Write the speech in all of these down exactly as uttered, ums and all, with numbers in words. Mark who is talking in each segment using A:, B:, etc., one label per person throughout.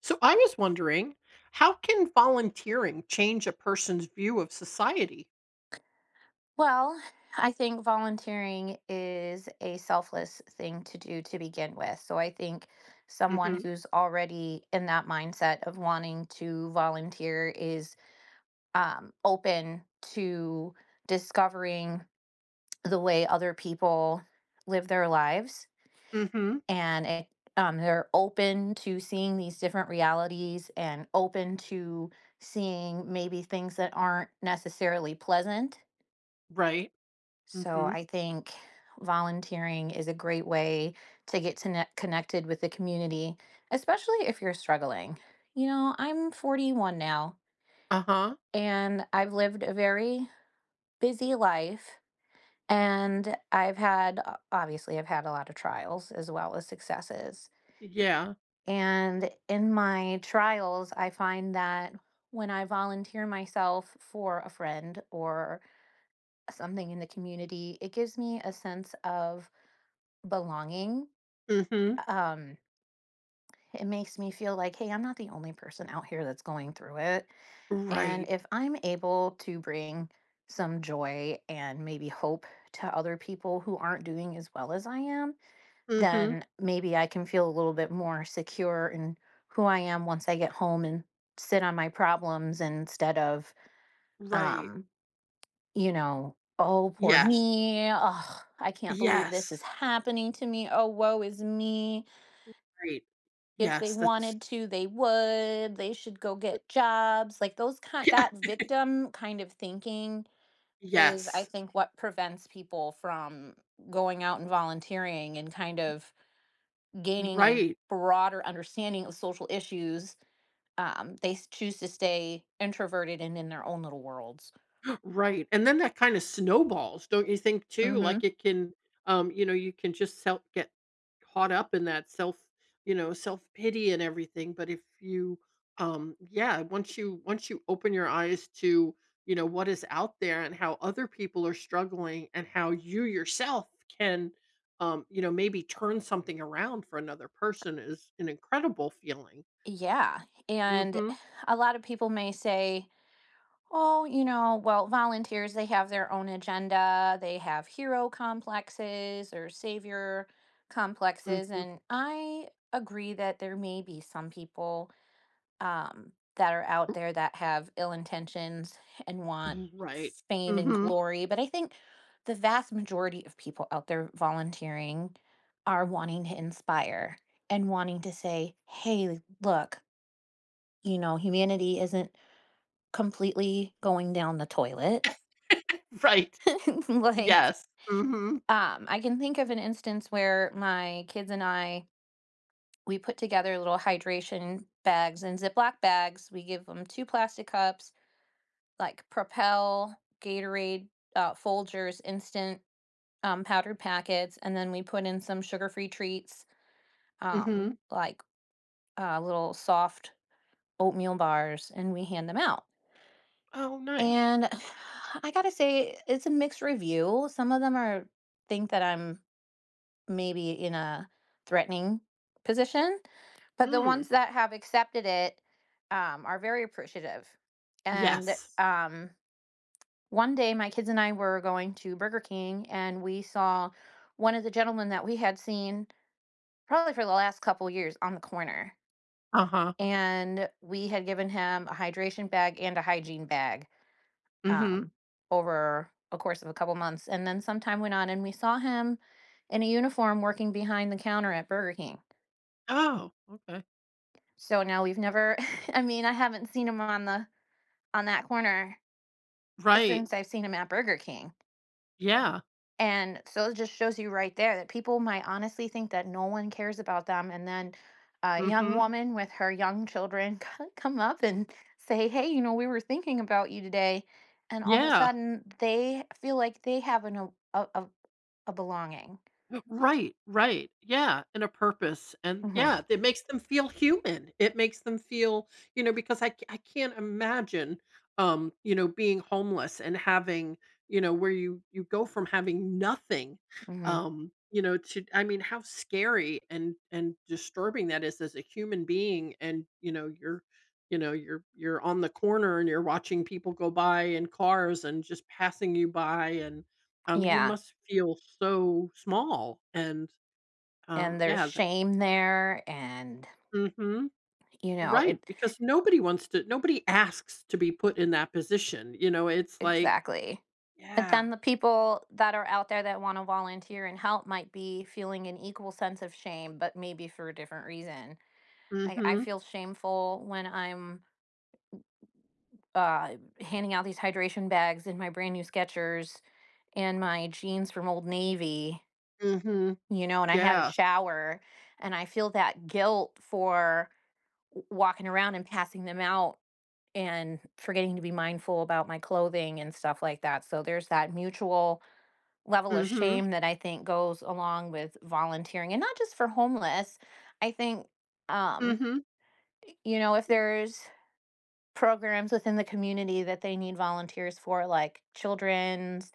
A: So I was wondering, how can volunteering change a person's view of society?
B: Well, I think volunteering is a selfless thing to do to begin with. So I think someone
A: Mhm.
B: who's already in that mindset of wanting to volunteer is um, open to discovering the way other people live their lives.
A: Mhm.
B: And it, um, they're open to seeing these different realities and open to seeing maybe things that aren't necessarily pleasant.
A: Right.
B: So
A: Mhm.
B: I think volunteering is a great way to get to ne- connected with the community, especially if you're struggling. You know, I'm forty-one now
A: Uh-huh.
B: and I've lived a very busy life, and I've had o- obviously I've had a lot of trials as well as successes.
A: Yeah.
B: And in my trials, I find that when I volunteer myself for a friend or something in the community, it gives me a sense of belonging.
A: Mhm.
B: Um, it makes me feel like, hey, I'm not the only person out here that's going through it. And
A: Right.
B: if I'm able to bring some joy and maybe hope to other people who aren't doing as well as I am,
A: Mhm.
B: then maybe I can feel a little bit more secure in who I am once I get home and sit on my problems instead of,
A: Right.
B: um, you know, oh, poor
A: Yes.
B: me. Oh, I can't believe this is
A: Yes.
B: happening to me. Oh, woe is me,
A: Right.
B: if they
A: Yes, that's
B: wanted to they would, they should go get jobs, like those kind,
A: Yeah.
B: that victim kind of thinking is, I
A: Yes.
B: think, what prevents people from going out and volunteering and kind of gaining a
A: Right.
B: broader understanding of social issues. Um, they s- choose to stay introverted and in their own little worlds.
A: Right, and then that kinda snowballs, don't you think too?
B: Hmm.
A: Like, it can, um, you know, you can just self get caught up in that self you know, self-pity and everything, but if you, um yeah, once you once you open your eyes to, you know, what is out there and how other people are struggling and how you yourself can, um, you know, maybe turn something around for another person is an incredible feeling.
B: Yeah, and
A: Mhm,
B: a lot of people may say, oh, you know, well, volunteers, they have their own agenda. They have hero complexes or savior complexes.
A: mhm.
B: And I agree that there may be some people, um, that are out there, that have ill intentions and want
A: Right.
B: fame and
A: Mhm.
B: glory. But I think the vast majority of people out there volunteering are wanting to inspire and wanting to say, hey, look, you know, humanity isn't completely going down the toilet
A: Right.
B: like.
A: Yes. Mhm.
B: um I can think of an instance where my kids and I, we put together little hydration bags and ziploc bags. We give them two plastic cups, like Propel, Gatorade, uh, Folgers instant um, powdered packets, and then we put in some sugar-free treats,
A: Mhm.
B: um, like uh, little soft oatmeal bars, and we hand them out.
A: Oh, nice.
B: And I gotta say it's a mixed review. Some of them are, think that I'm maybe in a threatening position, but the
A: Mm.
B: ones that have accepted it, um, are very appreciative. And
A: Yes.
B: um, one day, my kids and I were going to Burger King, and we saw one of the gentlemen that we had seen probably for the last couple years on the corner,
A: Uh-huh.
B: and we had given him a hydration bag and a hygiene bag,
A: Mhm.
B: um, over a course of a couple months. And then some time went on, and we saw him in a uniform working behind the counter at Burger King.
A: Oh, okay.
B: So no, we've never, I mean, I haven't seen him on the on that corner
A: Right.
B: since I've seen him at Burger King.
A: Yeah.
B: And so it just shows you right there that people might honestly think that no one cares about them, and then a young
A: Mhm.
B: woman with her young children come up and say, "Hey, you know, we were thinking about you today." And all of a
A: Yeah.
B: sudden, they feel like they have an a a, a a belonging.
A: Right, right. Yeah, and a purpose, and
B: Mhm.
A: yeah, it makes them feel human. It makes them feel, you know, because I I c I can't imagine, um, you know, being homeless and having, you know, where you you go from having nothing,
B: Mhm.
A: um, you know, to I mean, how scary and and disturbing that is as a human being and, you know, you're you know, you're you're on the corner and you're watching people go by in cars and just passing you by and um, you
B: Yeah,
A: must feel so small and,
B: and
A: um,
B: there's
A: yeah, that.
B: shame there and,
A: Mhm,
B: you know, it.
A: right, because nobody wants to nobody asks to be put in that position, you know, it's like
B: Exactly. But
A: yeah,
B: then the people that are out there that want to volunteer and help might be feeling an equal sense of shame, but maybe for a different reason.
A: mm
B: I, I
A: mhm,
B: feel shameful when I'm uh, handing out these hydration bags in my brand new Skechers and my jeans from Old Navy,
A: mm mhm,
B: you know, and I had a
A: yeah,
B: shower, and I feel that guilt for w- walking around and passing them out, and forgetting to be mindful about my clothing and stuff like that. So there's that mutual
A: mm
B: level of
A: mhm,
B: shame that I think goes along with volunteering, and not just for homeless. I think,
A: mm
B: um,
A: mhm,
B: you know, if
A: y
B: there's programs within the community that they need volunteers for, like children's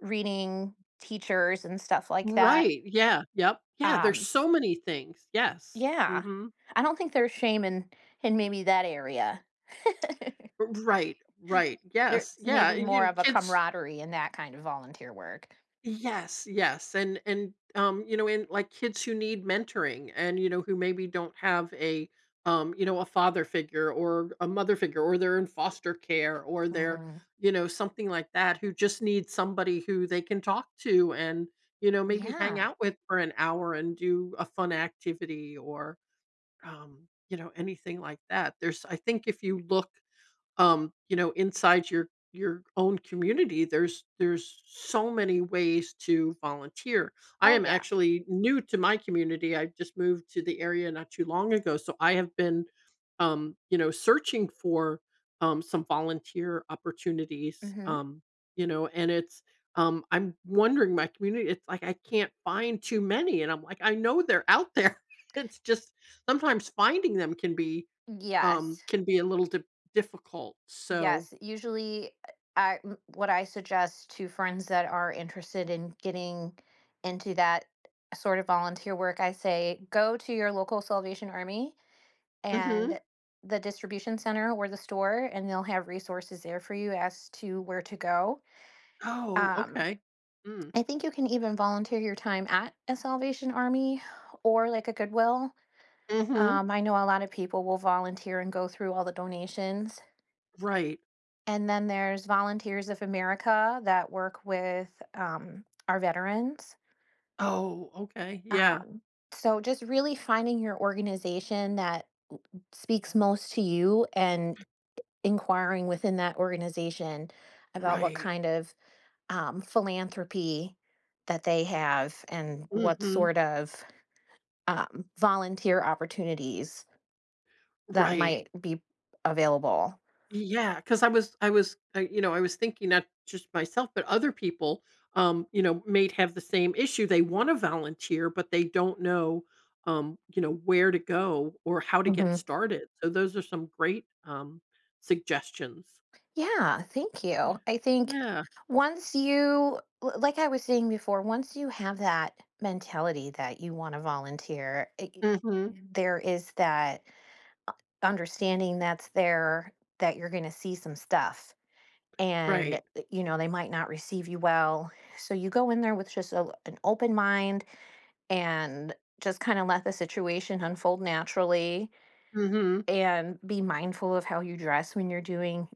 B: reading teachers and stuff like that.
A: right, yeah, yep, yeah, there's
B: Um,
A: so many things, yes, mm
B: yeah,
A: mhm,
B: I don't think there's shame in in maybe that area.
A: right, right,
B: There's
A: yes, yeah,
B: maybe
A: and
B: more
A: you
B: of a
A: kids.
B: camaraderie in that kind of volunteer work.
A: Yes, yes. And and um, you know, and like kids who need mentoring and you know, who maybe don't have a um, you know, a father figure or a mother figure or they're in foster care or they're,
B: Hmm.
A: you know, something like that who just need somebody who they can talk to and, you know, maybe hang
B: Yeah.
A: out with for an hour and do a fun activity or um, you know, anything like that. There's I think if you look um, you know, inside your your own community, there's there's so many ways to volunteer. I
B: Oh
A: am
B: yeah.
A: actually new to my community. I just moved to the area not too long ago, so I have been, um, you know, searching for um, some volunteer opportunities.
B: Hmm.
A: Um, you know, and it's, um, I'm wondering my community. It's like I can't find too many, and I'm like I know they're out there. It's just sometimes finding them can be
B: Yes.
A: um, can be a little di difficult, so.
B: Yes, usually, uh, I m what I suggest to friends that are interested in getting into that sort of volunteer work, I say, "Go to your local Salvation Army
A: Mhm.
B: and the distribution center or the store, and they'll have resources there for you as to where to go."
A: Oh,
B: Um,
A: okay. Mm.
B: I think you can even volunteer your time at a Salvation Army or, like, a Goodwill.
A: Mhm.
B: Um, I know a lot of people will volunteer and go through all the donations.
A: Right.
B: And then there's Volunteers of America that work with um, our veterans.
A: Oh, okay, yeah.
B: Um, so just really finding your organization that speaks most to you and inquiring within that organization about what
A: Right.
B: kind of um, philanthropy that they have and what
A: Mhm.
B: sort of um, volunteer opportunities that
A: Right.
B: might be available.
A: Yeah. Because I was I was, uh, you know, I was thinking not just myself, but other people, um, you know, may have the same issue. They wanna volunteer, but they don't know, um, you know, where to go or how to get
B: Mhm.
A: started. So those are some great, um, suggestions.
B: Yeah, thank
A: Yeah.
B: you. I think
A: Yeah.
B: once you, l- like I was saying before, once you have that mentality that you want to volunteer, it, y-
A: Mhm.
B: there is that understanding that's there that you're going to see some stuff, and
A: Right.
B: eh, you know, they might not receive you well, so you go in there with just a, an open mind, and just kind of let the situation unfold naturally,
A: Mhm.
B: and be mindful of how you dress when you're doing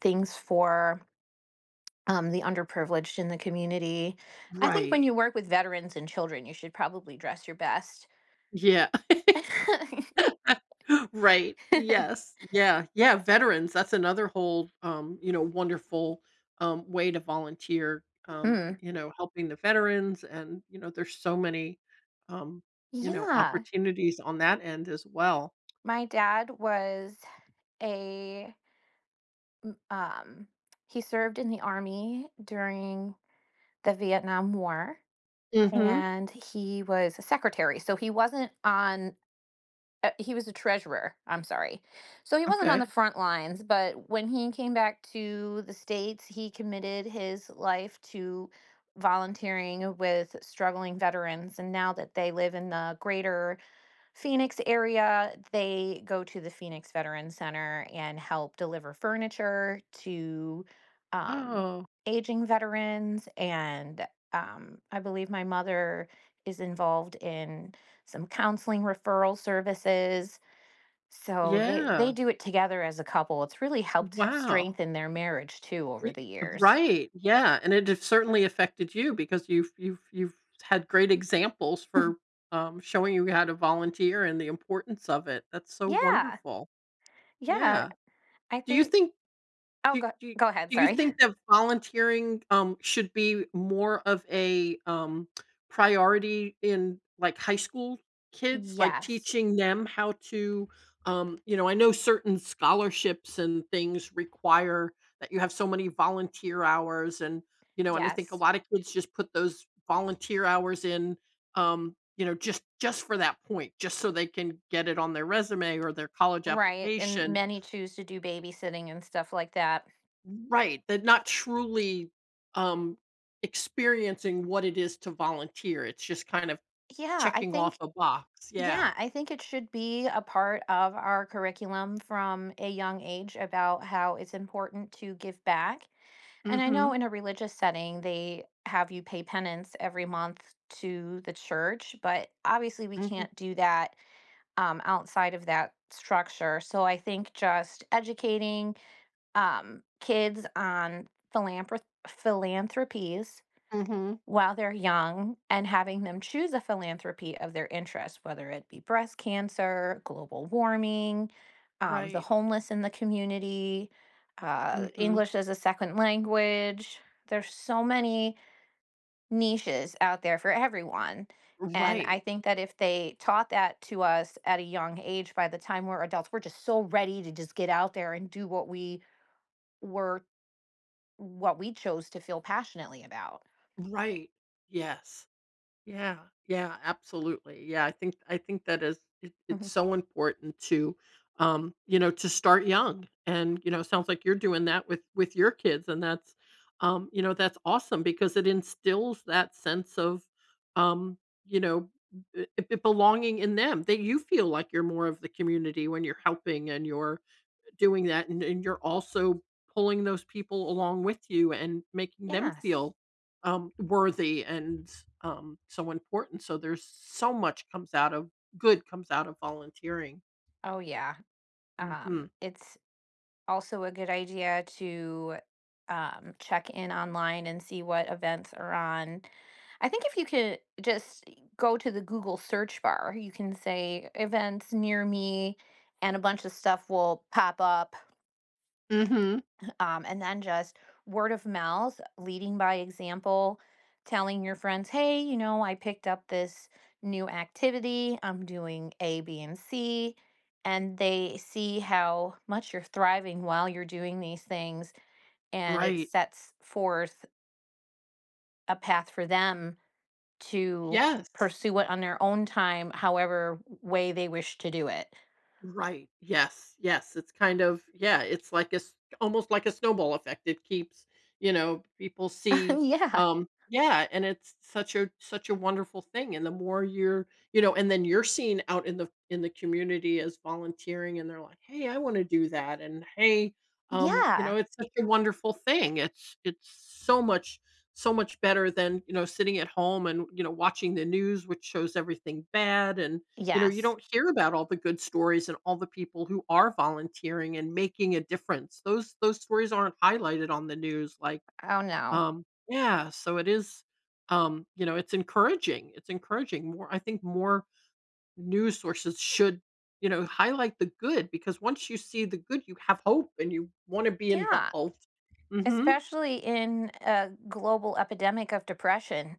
B: things for um, the underprivileged in the community. I think
A: Right.
B: when you work with veterans and children, you should probably dress your best.
A: Yeah. Right. Yes. Yeah. Yeah, veterans, that's another whole, um, you know, wonderful, um, way to volunteer, um,
B: Hmm.
A: you know, helping the veterans and, you know, there's so many, um, you know,
B: Yeah.
A: opportunities on that end as well.
B: My dad was a, um, he served in the army during the Vietnam War,
A: Mhm.
B: and he was a secretary. So he wasn't on. Uh, he was a treasurer. I'm sorry. So he wasn't on the
A: Okay.
B: front lines, but when he came back to the States, he committed his life to volunteering with struggling veterans. And now that they live in the greater Phoenix area, they go to the Phoenix Veteran Center and help deliver furniture to um,
A: Oh,
B: aging veterans. And um, I believe my mother is involved in some counseling referral services. So they,
A: yeah.
B: they do it together as a couple. It's really helped
A: Wow.
B: strengthen their marriage too over
A: Y
B: the years.
A: Right, yeah, and it have certainly affected you because you've you've you've had great examples for, um, showing you how to volunteer and the importance of it. That's so
B: Yeah.
A: wonderful.
B: Yeah.
A: Yeah.
B: I
A: Do you
B: think,
A: think
B: oh,
A: do
B: go,
A: do
B: go ahead.
A: do you
B: Sorry.
A: think that volunteering, um, should be more of a, um, priority in, like, high school kids? Like,
B: Yes.
A: teaching them how to, um you know, I know certain scholarships and things require that you have so many volunteer hours and, you know, and I think a
B: Yes.
A: lot of kids just put those volunteer hours in, um, you know, just just for that point, just so they can get it on their resume or their college
B: Right, and
A: application.
B: many choose to do babysitting and stuff like that.
A: Right, they're not truly, um, experiencing what it is to volunteer, it's just kind of
B: Yeah, I
A: checking off
B: think
A: a box, yeah.
B: yeah, I think it should be a part of our curriculum from a young age about how it's important to give back. And I know
A: Mm,
B: in a religious setting, they have you pay penance every month to the church, but obviously we
A: mhm, mhm,
B: can't do that, um, outside of that structure. So I think just educating, um, kids on philanthrop philanthropies
A: mhm,
B: while they're young, and having them choose a philanthropy of their interest, whether it be breast cancer, global warming, um, the
A: right,
B: homeless in the community,
A: mm
B: uh,
A: mhm,
B: English as a second language. There's so many niches out there for everyone. And
A: right,
B: I think that if they taught that to us at a young age, by the time we're adults, we're just so ready to just get out there and do what we were, what we chose to feel passionately about.
A: right, yes. Yeah, yeah, absolutely. Yeah, I think I think that is it, it's so important to um, you know, to start young. And you know, sounds like you're doing that with with your kids and that's um, you know, that's awesome because it instills that sense of um, you know, b- b- belonging in them. That you feel like you're more of the community when you're helping and you're doing that, and and you're also pulling those people along with you and making them
B: Yes.
A: feel, um, worthy and, um, so important, so there's so much comes out of good comes out of volunteering.
B: Oh, yeah. Um,
A: Mhm.
B: it's also a good idea to um, check in online and see what events are on. I think if you could just go to the Google search bar, you can say events near me, and a bunch of stuff will pop up,
A: Mhm.
B: um, and then just word of mouth, leading by example, telling your friends, hey, you know, I picked up this new activity. I'm doing A B and C. And they see how much you're thriving while you're doing these things. And it
A: Right.
B: sets forth a path for them to
A: Yes.
B: pursue it on their own time, however way they wish to do it.
A: Right. Yes. Yes. It's kind of yeah. It's like a s- almost like a snowball effect. It keeps you know people see.
B: Yeah.
A: Um. Yeah. And it's such a such a wonderful thing. And the more you're, you know, and then you're seen out in the in the community as volunteering, and they're like, hey, I want to do that, and hey, um, you know,
B: Yeah.
A: it's such a wonderful thing. It's it's so much so much better than you know sitting at home and you know watching the news which shows everything bad and you know, you
B: Yes.
A: don't hear about all the good stories and all the people who are volunteering and making a difference. Those those stories aren't highlighted on the news like,
B: Oh, no.
A: um yeah, so it is, um, you know, it's encouraging. It's encouraging more I think more news sources should, you know, highlight the good because once you see the good, you have hope and you wanna be
B: Yeah.
A: involved. Mhm.
B: Especially in a global epidemic of depression,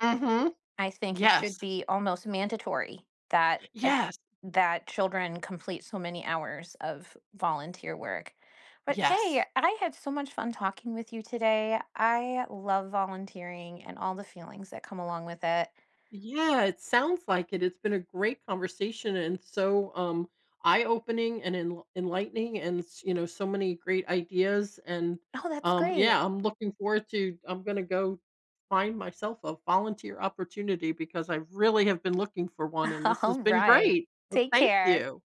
A: Mhm.
B: I think it
A: Yes.
B: should be almost mandatory that uh,
A: Yes.
B: that children complete so many hours of volunteer work. But hey,
A: Yes.
B: I had so much fun talking with you today. I love volunteering and all the feelings that come along with it.
A: Yeah, it sounds like it. It's been a great conversation and so um eye-opening and enl- enlightening and s- you know so many great ideas and
B: Oh, that's
A: um
B: great.
A: yeah, I'm looking forward to I'm going to go find myself a volunteer opportunity because I really have been looking for one and this has
B: All
A: been
B: right.
A: great. So
B: Take
A: thank
B: care.
A: you.